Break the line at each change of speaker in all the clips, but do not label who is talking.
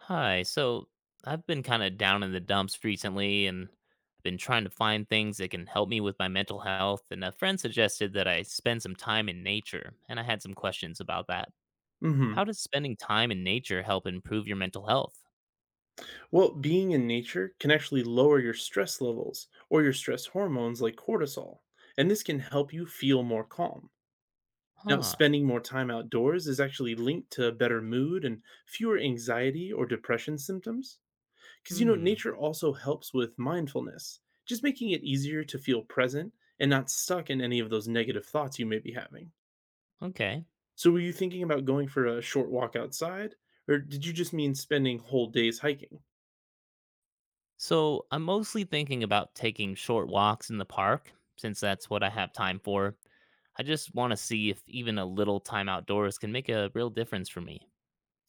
Hi. So I've been kind of down in the dumps recently, and I've been trying to find things that can help me with my mental health. And a friend suggested that I spend some time in nature, and I had some questions about that.
hmm
How does spending time in nature help improve your mental health?
Well, being in nature can actually lower your stress levels or your stress hormones like cortisol, and this can help you feel more calm. Now,
Huh.
spending more time outdoors is actually linked to better mood and fewer anxiety or depression symptoms. Because, you know,
Hmm.
nature also helps with mindfulness, just making it easier to feel present and not stuck in any of those negative thoughts you may be having.
Okay.
So, were you thinking about going for a short walk outside, or did you just mean spending whole days hiking?
So I'm mostly thinking about taking short walks in the park, since that's what I have time for. I just want to see if even a little time outdoors can make a real difference for me.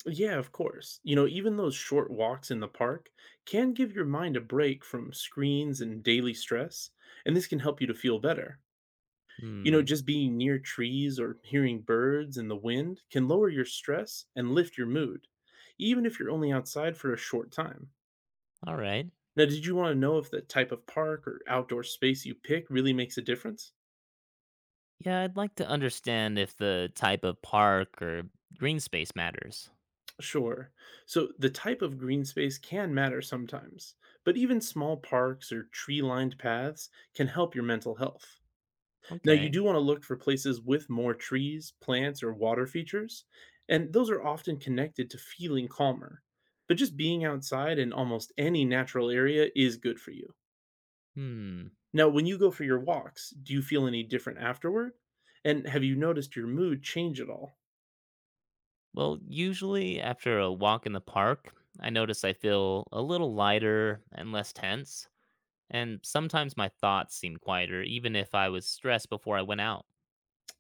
Yeah, of course. You know, even those short walks in the park can give your mind a break from screens and daily stress, and this can help you to feel better. You know,
Hmm.
just being near trees or hearing birds and the wind can lower your stress and lift your mood, even if you're only outside for a short time.
All right.
Now, did you want to know if the type of park or outdoor space you pick really makes a difference?
Yeah, I'd like to understand if the type of park or green space matters.
Sure. So the type of green space can matter sometimes, but even small parks or tree lined paths can help your mental health. Now, you
Okay.
do want to look for places with more trees, plants, or water features, and those are often connected to feeling calmer. But just being outside in almost any natural area is good for you.
Hmm.
Now, when you go for your walks, do you feel any different afterward? And have you noticed your mood change at all?
Well, usually after a walk in the park, I notice I feel a little lighter and less tense, and sometimes my thoughts seem quieter, even if I was stressed before I went out.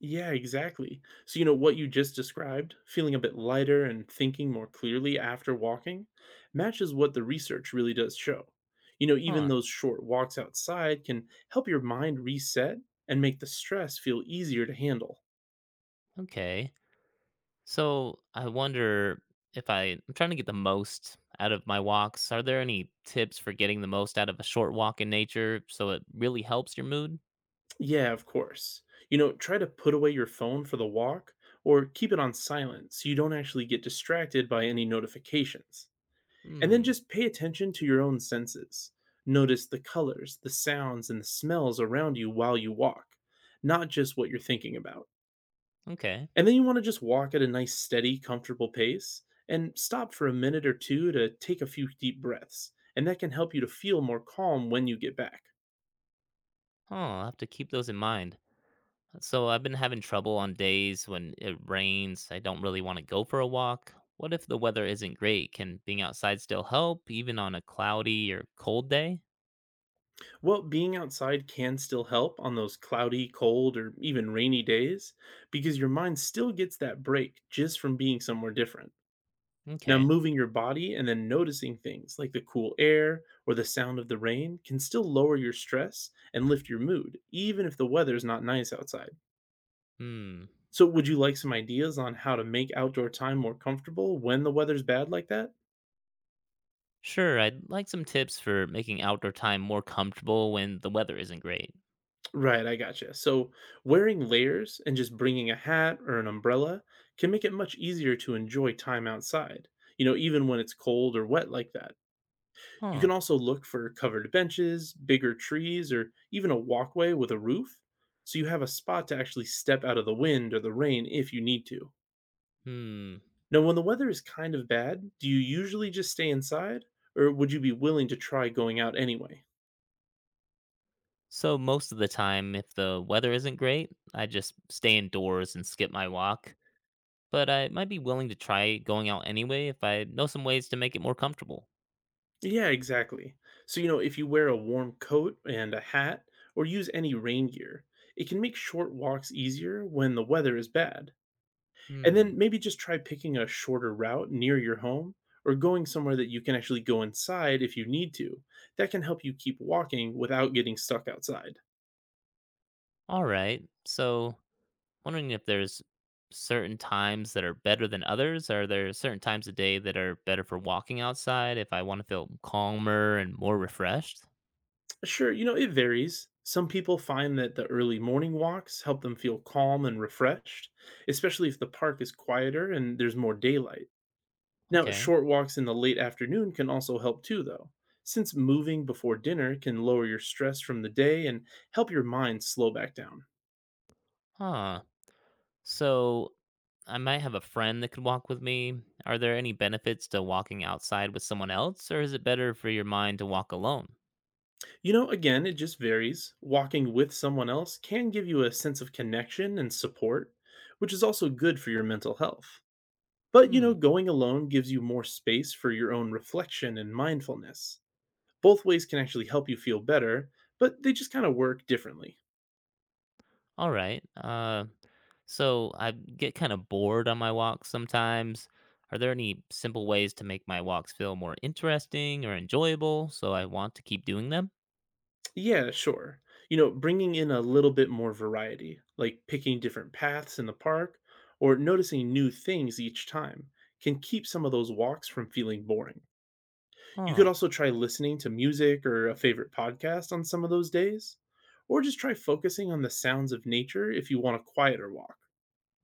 Yeah, exactly. So, you know, what you just described, feeling a bit lighter and thinking more clearly after walking, matches what the research really does show. You know, even
Huh.
those short walks outside can help your mind reset and make the stress feel easier to handle.
Okay. So I wonder if I'm trying to get the most out of my walks. Are there any tips for getting the most out of a short walk in nature so it really helps your mood?
Yeah, of course. You know, try to put away your phone for the walk or keep it on silent so you don't actually get distracted by any notifications. And then
Hmm.
just pay attention to your own senses. Notice the colors, the sounds, and the smells around you while you walk, not just what you're thinking about.
Okay.
And then you want to just walk at a nice, steady, comfortable pace and stop for a minute or two to take a few deep breaths. And that can help you to feel more calm when you get back.
Oh, I'll have to keep those in mind. So I've been having trouble on days when it rains. I don't really want to go for a walk. What if the weather isn't great? Can being outside still help, even on a cloudy or cold day?
Well, being outside can still help on those cloudy, cold, or even rainy days because your mind still gets that break just from being somewhere different. Now,
Okay.
moving your body and then noticing things like the cool air or the sound of the rain can still lower your stress and lift your mood, even if the weather is not nice outside.
Hmm.
So, would you like some ideas on how to make outdoor time more comfortable when the weather's bad like that?
Sure, I'd like some tips for making outdoor time more comfortable when the weather isn't great.
Right, I gotcha. So, wearing layers and just bringing a hat or an umbrella can make it much easier to enjoy time outside, you know, even when it's cold or wet like that. You can
Huh.
also look for covered benches, bigger trees, or even a walkway with a roof, so you have a spot to actually step out of the wind or the rain if you need to.
Hmm.
Now, when the weather is kind of bad, do you usually just stay inside, or would you be willing to try going out anyway?
So most of the time, if the weather isn't great, I just stay indoors and skip my walk, but I might be willing to try going out anyway if I know some ways to make it more comfortable.
Yeah, exactly. So, you know, if you wear a warm coat and a hat, or use any rain gear, it can make short walks easier when the weather is bad. And then
Hmm.
maybe just try picking a shorter route near your home or going somewhere that you can actually go inside if you need to. That can help you keep walking without getting stuck outside.
All right. So, wondering if there's certain times that are better than others. Are there certain times of day that are better for walking outside if I want to feel calmer and more refreshed?
Sure, you know, it varies. Some people find that the early morning walks help them feel calm and refreshed, especially if the park is quieter and there's more daylight. Now,
Okay.
short walks in the late afternoon can also help too, though, since moving before dinner can lower your stress from the day and help your mind slow back down.
Huh. So, I might have a friend that could walk with me. Are there any benefits to walking outside with someone else, or is it better for your mind to walk alone?
You know, again, it just varies. Walking with someone else can give you a sense of connection and support, which is also good for your mental health. But, you
Hmm.
know, going alone gives you more space for your own reflection and mindfulness. Both ways can actually help you feel better, but they just kind of work differently.
All right. So I get kind of bored on my walks sometimes. Are there any simple ways to make my walks feel more interesting or enjoyable so I want to keep doing them?
Yeah, sure. You know, bringing in a little bit more variety, like picking different paths in the park or noticing new things each time, can keep some of those walks from feeling boring. You
Huh.
could also try listening to music or a favorite podcast on some of those days, or just try focusing on the sounds of nature if you want a quieter walk.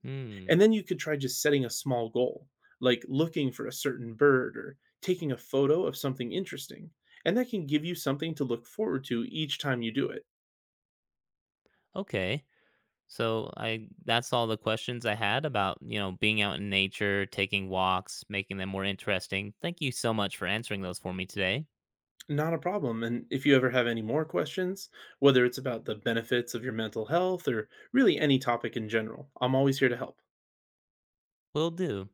Hmm.
And then you could try just setting a small goal, like looking for a certain bird or taking a photo of something interesting. And that can give you something to look forward to each time you do it.
Okay. So I that's all the questions I had about being out in nature, taking walks, making them more interesting. Thank you so much for answering those for me today.
Not a problem. And if you ever have any more questions, whether it's about the benefits of your mental health or really any topic in general, I'm always here to help.
Will do.